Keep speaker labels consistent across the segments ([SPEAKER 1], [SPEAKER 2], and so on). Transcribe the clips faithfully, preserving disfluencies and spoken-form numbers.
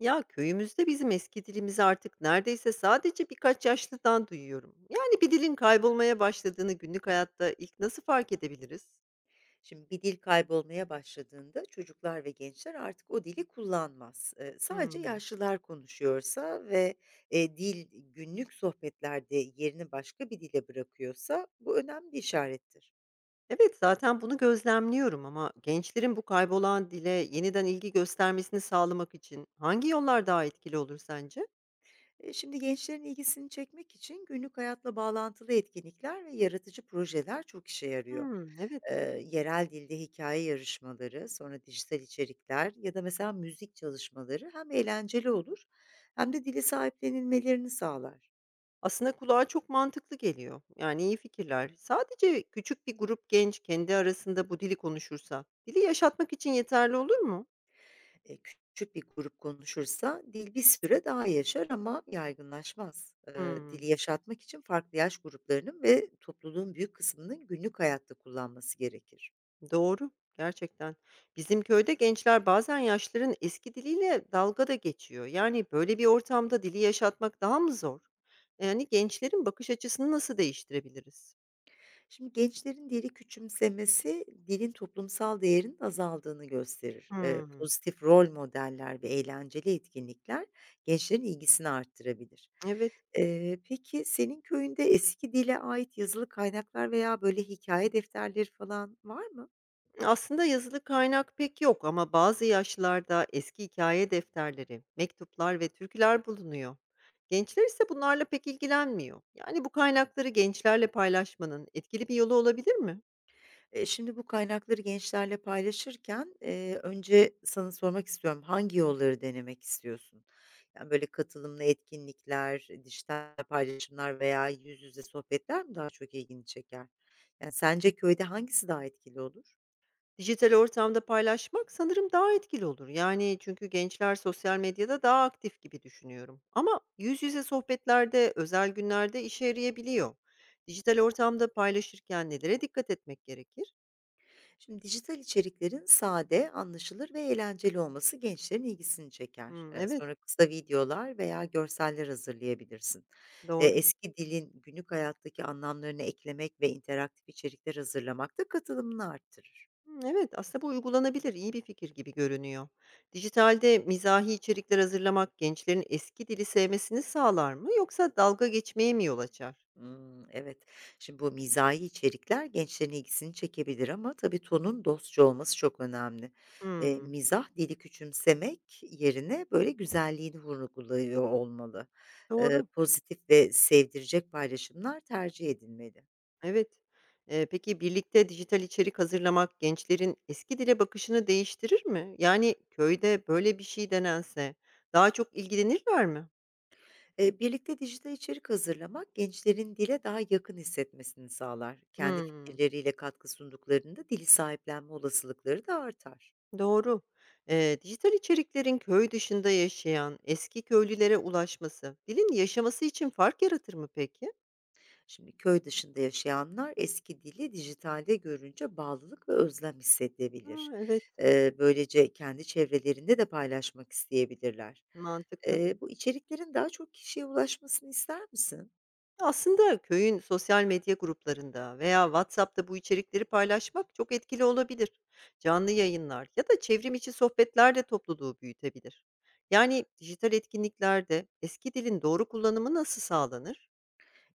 [SPEAKER 1] Ya köyümüzde bizim eski dilimizi artık neredeyse sadece birkaç yaşlıdan duyuyorum. Yani bir dilin kaybolmaya başladığını günlük hayatta ilk nasıl fark edebiliriz?
[SPEAKER 2] Şimdi bir dil kaybolmaya başladığında çocuklar ve gençler artık o dili kullanmaz. Eee, sadece
[SPEAKER 1] Hmm.
[SPEAKER 2] yaşlılar konuşuyorsa ve eee, dil günlük sohbetlerde yerini başka bir dile bırakıyorsa bu önemli bir işarettir.
[SPEAKER 1] Evet, zaten bunu gözlemliyorum ama gençlerin bu kaybolan dile yeniden ilgi göstermesini sağlamak için hangi yollar daha etkili olur sence?
[SPEAKER 2] Eee, şimdi gençlerin ilgisini çekmek için günlük hayatla bağlantılı etkinlikler ve yaratıcı projeler çok işe yarıyor.
[SPEAKER 1] Hmm, evet.
[SPEAKER 2] Eee, yerel dilde hikaye yarışmaları, sonra dijital içerikler ya da mesela müzik çalışmaları hem eğlenceli olur hem de dili sahiplenilmelerini sağlar.
[SPEAKER 1] Aslında kulağa çok mantıklı geliyor. Yani iyi fikirler. Sadece küçük bir grup genç kendi arasında bu dili konuşursa, dili yaşatmak için yeterli olur mu?
[SPEAKER 2] Eee, küçük bir grup konuşursa dil bir süre daha yaşar ama yaygınlaşmaz. Eee,
[SPEAKER 1] Hmm.
[SPEAKER 2] dili yaşatmak için farklı yaş gruplarının ve topluluğun büyük kısmının günlük hayatta kullanması gerekir.
[SPEAKER 1] Doğru, gerçekten. Bizim köyde gençler bazen yaşlıların eski diliyle dalga da geçiyor. Yani böyle bir ortamda dili yaşatmak daha mı zor? Yani gençlerin bakış açısını nasıl değiştirebiliriz?
[SPEAKER 2] Şimdi gençlerin dili küçümsemesi dilin toplumsal değerinin azaldığını gösterir. Eee,
[SPEAKER 1] Hmm,
[SPEAKER 2] pozitif rol modeller ve eğlenceli etkinlikler gençlerin ilgisini arttırabilir.
[SPEAKER 1] evet.
[SPEAKER 2] Eee, peki senin köyünde eski dile ait yazılı kaynaklar veya böyle hikaye defterleri falan var mı?
[SPEAKER 1] Aslında yazılı kaynak pek yok ama bazı yaşlarda eski hikaye defterleri, mektuplar ve türküler bulunuyor. Gençler ise bunlarla pek ilgilenmiyor. Yani bu kaynakları gençlerle paylaşmanın etkili bir yolu olabilir mi?
[SPEAKER 2] Eee, şimdi bu kaynakları gençlerle paylaşırken, eee, önce sana sormak istiyorum, hangi yolları denemek istiyorsun? Yani, böyle, katılımlı etkinlikler, dijital paylaşımlar veya yüz yüze sohbetler mi daha çok ilgini çeker? Yani, sence köyde hangisi daha etkili olur?
[SPEAKER 1] Dijital ortamda paylaşmak sanırım daha etkili olur. Yani çünkü gençler sosyal medyada daha aktif gibi düşünüyorum. Ama yüz yüze sohbetlerde, özel günlerde işe yarayabiliyor. Dijital ortamda paylaşırken nelere dikkat etmek gerekir?
[SPEAKER 2] Şimdi dijital içeriklerin sade, anlaşılır ve eğlenceli olması gençlerin ilgisini çeker.
[SPEAKER 1] Hmm,
[SPEAKER 2] Eee,
[SPEAKER 1] evet,
[SPEAKER 2] sonra kısa videolar veya görseller hazırlayabilirsin. Eee,
[SPEAKER 1] doğru.
[SPEAKER 2] eski dilin günlük hayattaki anlamlarını eklemek ve interaktif içerikler hazırlamak da katılımını arttırır.
[SPEAKER 1] Hmm, evet, aslında bu uygulanabilir, iyi bir fikir gibi görünüyor. Dijitalde mizahi içerikler hazırlamak gençlerin eski dili sevmesini sağlar mı yoksa dalga geçmeye mi yol açar?
[SPEAKER 2] Imm, evet. Şimdi bu mizahi içerikler gençlerin ilgisini çekebilir ama tabii tonun dostça olması çok önemli. Eee,
[SPEAKER 1] Hmm,
[SPEAKER 2] mizah dili küçümsemek yerine böyle güzelliğini vurguluyor olmalı. Eee,
[SPEAKER 1] doğru.
[SPEAKER 2] pozitif ve sevdirecek paylaşımlar tercih edilmeli.
[SPEAKER 1] Evet. Eee, peki birlikte dijital içerik hazırlamak gençlerin eski dile bakışını değiştirir mi? Yani köyde böyle bir şey denense daha çok ilgilenirler mi?
[SPEAKER 2] Eee, birlikte dijital içerik hazırlamak gençlerin dile daha yakın hissetmesini sağlar. Kendi
[SPEAKER 1] Hımm,
[SPEAKER 2] fikirleriyle katkı sunduklarında dili sahiplenme olasılıkları da artar.
[SPEAKER 1] doğru. Eee, dijital içeriklerin köy dışında yaşayan eski köylülere ulaşması dilin yaşaması için fark yaratır mı peki?
[SPEAKER 2] Şimdi köy dışında yaşayanlar eski dili dijitalde görünce bağlılık ve özlem
[SPEAKER 1] A,
[SPEAKER 2] hissedebilir.
[SPEAKER 1] evet,
[SPEAKER 2] Eee, böylece kendi çevrelerinde de paylaşmak isteyebilirler.
[SPEAKER 1] mantıklı.
[SPEAKER 2] Eee, bu içeriklerin daha çok kişiye ulaşmasını ister misin?
[SPEAKER 1] Aslında köyün sosyal medya gruplarında veya WhatsApp'ta bu içerikleri paylaşmak çok etkili olabilir. Canlı yayınlar ya da çevrim içi sohbetler de topluluğu büyütebilir. Yani dijital etkinliklerde eski dilin doğru kullanımı nasıl sağlanır?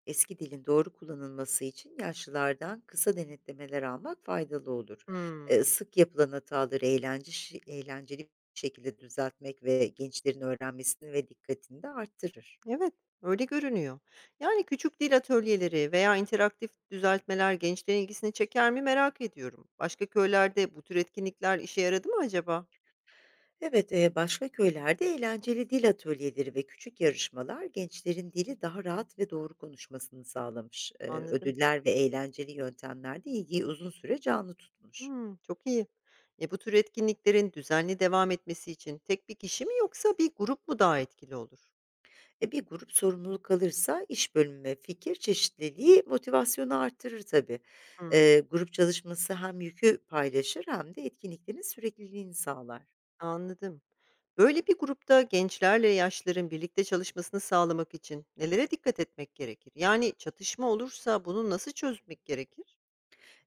[SPEAKER 2] Eski dilin doğru kullanılması için yaşlılardan kısa denetlemeler almak faydalı olur. Eee,
[SPEAKER 1] Hmm,
[SPEAKER 2] sık yapılan hataları eğlence, şi- eğlenceli bir şekilde düzeltmek ve gençlerin öğrenmesini ve dikkatini de arttırır.
[SPEAKER 1] evet, öyle görünüyor. Yani küçük dil atölyeleri veya interaktif düzeltmeler gençlerin ilgisini çeker mi merak ediyorum. Başka köylerde bu tür etkinlikler işe yaradı mı acaba?
[SPEAKER 2] Evet, eee, başka köylerde eğlenceli dil atölyeleri ve küçük yarışmalar gençlerin dili daha rahat ve doğru konuşmasını sağlamış. Eee,
[SPEAKER 1] Anladım.
[SPEAKER 2] ödüller ve eğlenceli yöntemler de ilgiyi uzun süre canlı tutmuş.
[SPEAKER 1] Hımm, çok iyi. E, bu tür etkinliklerin düzenli devam etmesi için tek bir kişi mi yoksa bir grup mu daha etkili olur?
[SPEAKER 2] E, bir grup sorumluluk alırsa iş bölümü ve fikir çeşitliliği motivasyonu artırır tabii.
[SPEAKER 1] Hımm,
[SPEAKER 2] Eee, grup çalışması hem yükü paylaşır hem de etkinliklerin sürekliliğini sağlar.
[SPEAKER 1] anladım. Böyle bir grupta gençlerle yaşlıların birlikte çalışmasını sağlamak için nelere dikkat etmek gerekir? Yani çatışma olursa bunu nasıl çözmek gerekir?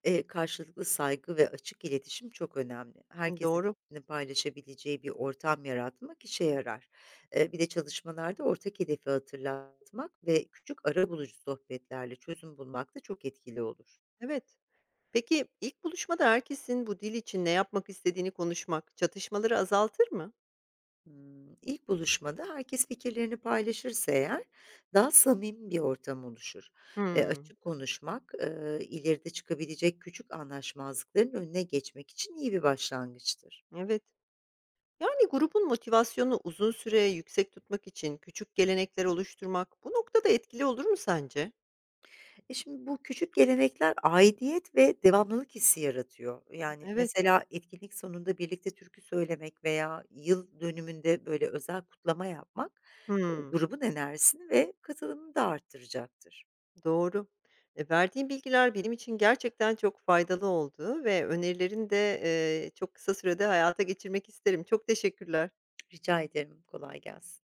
[SPEAKER 2] Eee, karşılıklı saygı ve açık iletişim çok önemli.
[SPEAKER 1] Hımm,
[SPEAKER 2] Herkesin
[SPEAKER 1] doğru.
[SPEAKER 2] fikrini paylaşabileceği bir ortam yaratmak işe yarar. Eee, bir de çalışmalarda ortak hedefi hatırlatmak ve küçük arabulucu sohbetlerle çözüm bulmak da çok etkili olur.
[SPEAKER 1] Evet. Peki ilk buluşmada herkesin bu dil için ne yapmak istediğini konuşmak çatışmaları azaltır mı?
[SPEAKER 2] Imm, ilk buluşmada herkes fikirlerini paylaşırsa eğer daha samimi bir ortam oluşur. Eee,
[SPEAKER 1] Hımm,
[SPEAKER 2] açık konuşmak, eee, ileride çıkabilecek küçük anlaşmazlıkların önüne geçmek için iyi bir başlangıçtır.
[SPEAKER 1] evet. Yani grubun motivasyonu uzun süre yüksek tutmak için küçük gelenekler oluşturmak bu noktada etkili olur mu sence?
[SPEAKER 2] E, şimdi bu küçük gelenekler aidiyet ve devamlılık hissi yaratıyor. Yani,
[SPEAKER 1] Evet.
[SPEAKER 2] mesela etkinlik sonunda birlikte türkü söylemek veya yıl dönümünde, böyle, özel kutlama yapmak, eee,
[SPEAKER 1] Hmm,
[SPEAKER 2] grubun enerjisini ve katılımını da arttıracaktır.
[SPEAKER 1] doğru. E, verdiğin bilgiler benim için gerçekten çok faydalı oldu ve önerilerini de e, çok kısa sürede hayata geçirmek isterim. Çok teşekkürler.
[SPEAKER 2] Rica ederim, kolay gelsin.